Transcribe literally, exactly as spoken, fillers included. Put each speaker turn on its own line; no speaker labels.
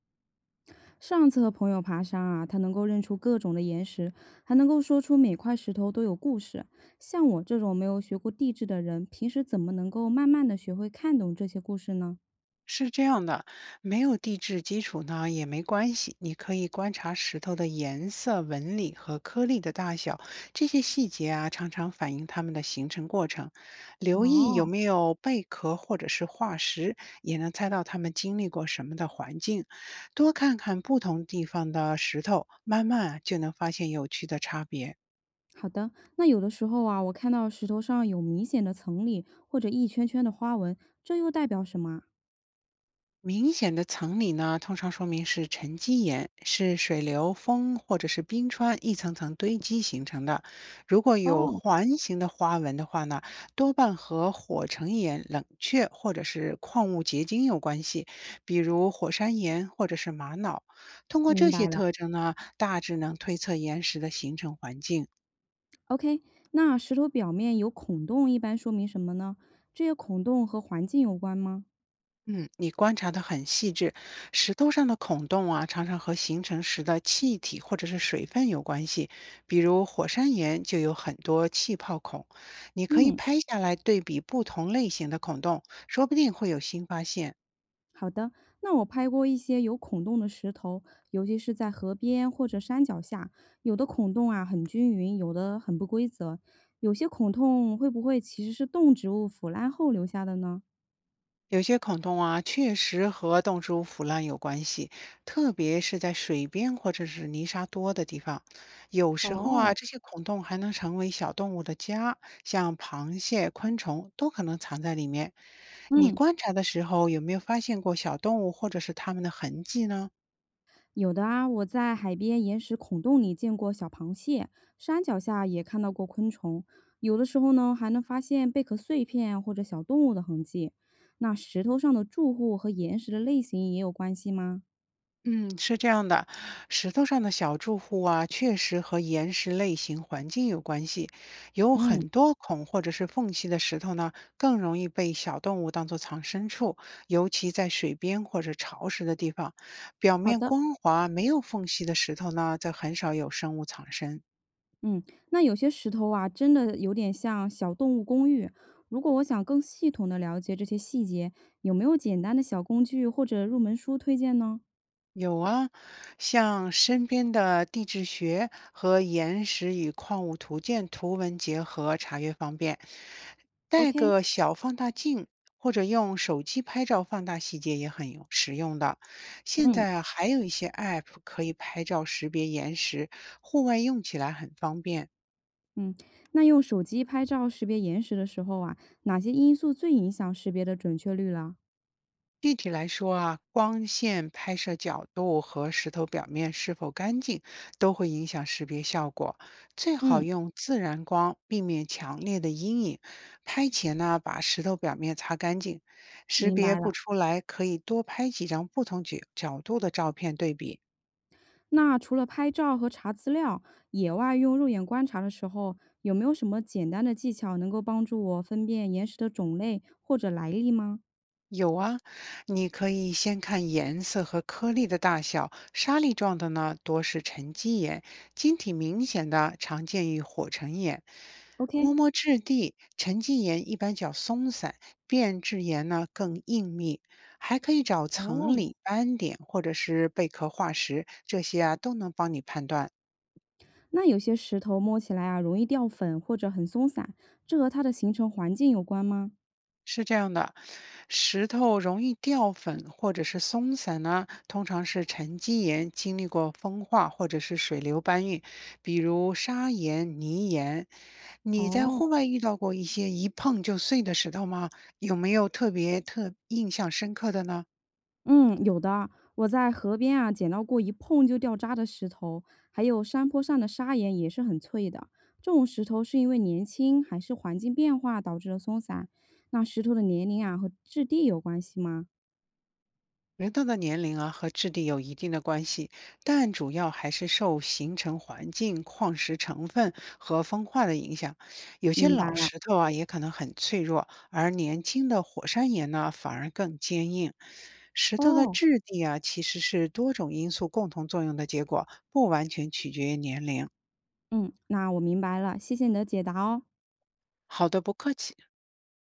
上次和朋友爬山啊，他能够认出各种的岩石，还能够说出每块石头都有故事。像我这种没有学过地质的人，平时怎么能够慢慢的学会看懂这些故事呢？
是这样的，没有地质基础呢也没关系，你可以观察石头的颜色、纹理和颗粒的大小，这些细节啊常常反映它们的形成过程。留意有
哦，
没有贝壳或者是化石，也能猜到它们经历过什么的环境。多看看不同地方的石头，慢慢啊就能发现有趣的差别。
好的，那有的时候啊，我看到石头上有明显的层理或者一圈圈的花纹，这又代表什么啊？
明显的层理呢，通常说明是沉积岩，是水流、风或者是冰川一层层堆积形成的。如果有
哦，
环形的花纹的话呢，多半和火成岩、冷却或者是矿物结晶有关系，比如火山岩或者是玛瑙。通过
明
这
白
些
了。
特征呢，大致能推测岩石的形成环境。
OK，那石头表面有孔洞，一般说明什么呢？这些孔洞和环境有关吗？
嗯，你观察得很细致。石头上的孔洞啊，常常和形成时的气体或者是水分有关系。比如火山岩就有很多气泡孔，你可以
嗯。
拍下来对比不同类型的孔洞，说不定会有新发现。
好的，那我拍过一些有孔洞的石头，尤其是在河边或者山脚下，有的孔洞啊很均匀，有的很不规则。有些孔洞会不会其实是动植物腐烂后留下的呢？
有些孔洞啊，确实和动植物腐烂有关系，特别是在水边或者是泥沙多的地方。有时候啊，
哦，
这些孔洞还能成为小动物的家，像螃蟹、昆虫都可能藏在里面。你
嗯，
观察的时候，有没有发现过小动物或者是它们的痕迹呢？
有的啊，我在海边岩石孔洞里见过小螃蟹，山脚下也看到过昆虫，有的时候呢还能发现贝壳碎片或者小动物的痕迹。那石头上的住户和岩石的类型也有关系吗？
嗯，是这样的，石头上的小住户啊，确实和岩石类型、环境有关系。有
嗯，
很多孔或者是缝隙的石头呢，更容易被小动物当作藏身处，尤其在水边或者潮湿的地方。表
好
面
的。
光滑、没有缝隙的石头呢，则很少有生物藏身。
嗯，那有些石头啊，真的有点像小动物公寓。如果我想更系统的了解这些细节，有没有简单的小工具或者入门书推荐呢
有啊，像身边的地质学和岩石与矿物图鉴图文结合，查阅方便。带
？OK，
个小放大镜或者用手机拍照放大细节也很有实用的。现
嗯
在啊还有一些 A P P 可以拍照识别岩石，户外用起来很方便。
嗯，那用手机拍照识别岩石的时候啊，哪些因素最影响识别的准确率了？
具体来说啊，光线拍摄角度和石头表面是否干净都会影响识别效果。最好
嗯，
用自然光，避免强烈的阴影。拍前呢，把石头表面擦干净。识
明
别
白
不
了。
出来，可以多拍几张不同角角度的照片对比，
那除了拍照和查资料，野外用肉眼观察的时候，有没有什么简单的技巧能够帮助我分辨岩石的种类或者来历吗
有啊，你可以先看颜色和颗粒的大小，沙粒状的呢多是沉积岩，晶体明显的常见于火成岩。摸
？OK，
摸质地，沉积岩一般较松散，变质岩呢更硬密。还可以找层
哦，
理、斑点或者是贝壳化石，这些啊都能帮你判断。
那有些石头摸起来啊，容易掉粉或者很松散，这和它的形成环境有关吗？
是这样的，石头容易掉粉或者是松散呢，通常是沉积岩经历过风化或者是水流搬运，比如砂岩、泥岩。你在
哦，
户外遇到过一些一碰就碎的石头吗？有没有特别特印象深刻的呢？
嗯，有的。我在河边啊捡到过一碰就掉渣的石头，还有山坡上的砂岩也是很脆的。这种石头是因为年轻还是环境变化导致的松散？那石头的年龄啊和质地有关系吗？
人到的年龄啊和质地有一定的关系，但主要还是受形成环境、矿石成分和风化的影响。有些
明白
老
了。
石头啊也可能很脆弱，而年轻的火山岩呢反而更坚硬。石头的
哦，
质地啊其实是多种因素共同作用的结果，不完全取决于年龄。
嗯，那我明白了，谢谢你的解答哦。
好的，不客气。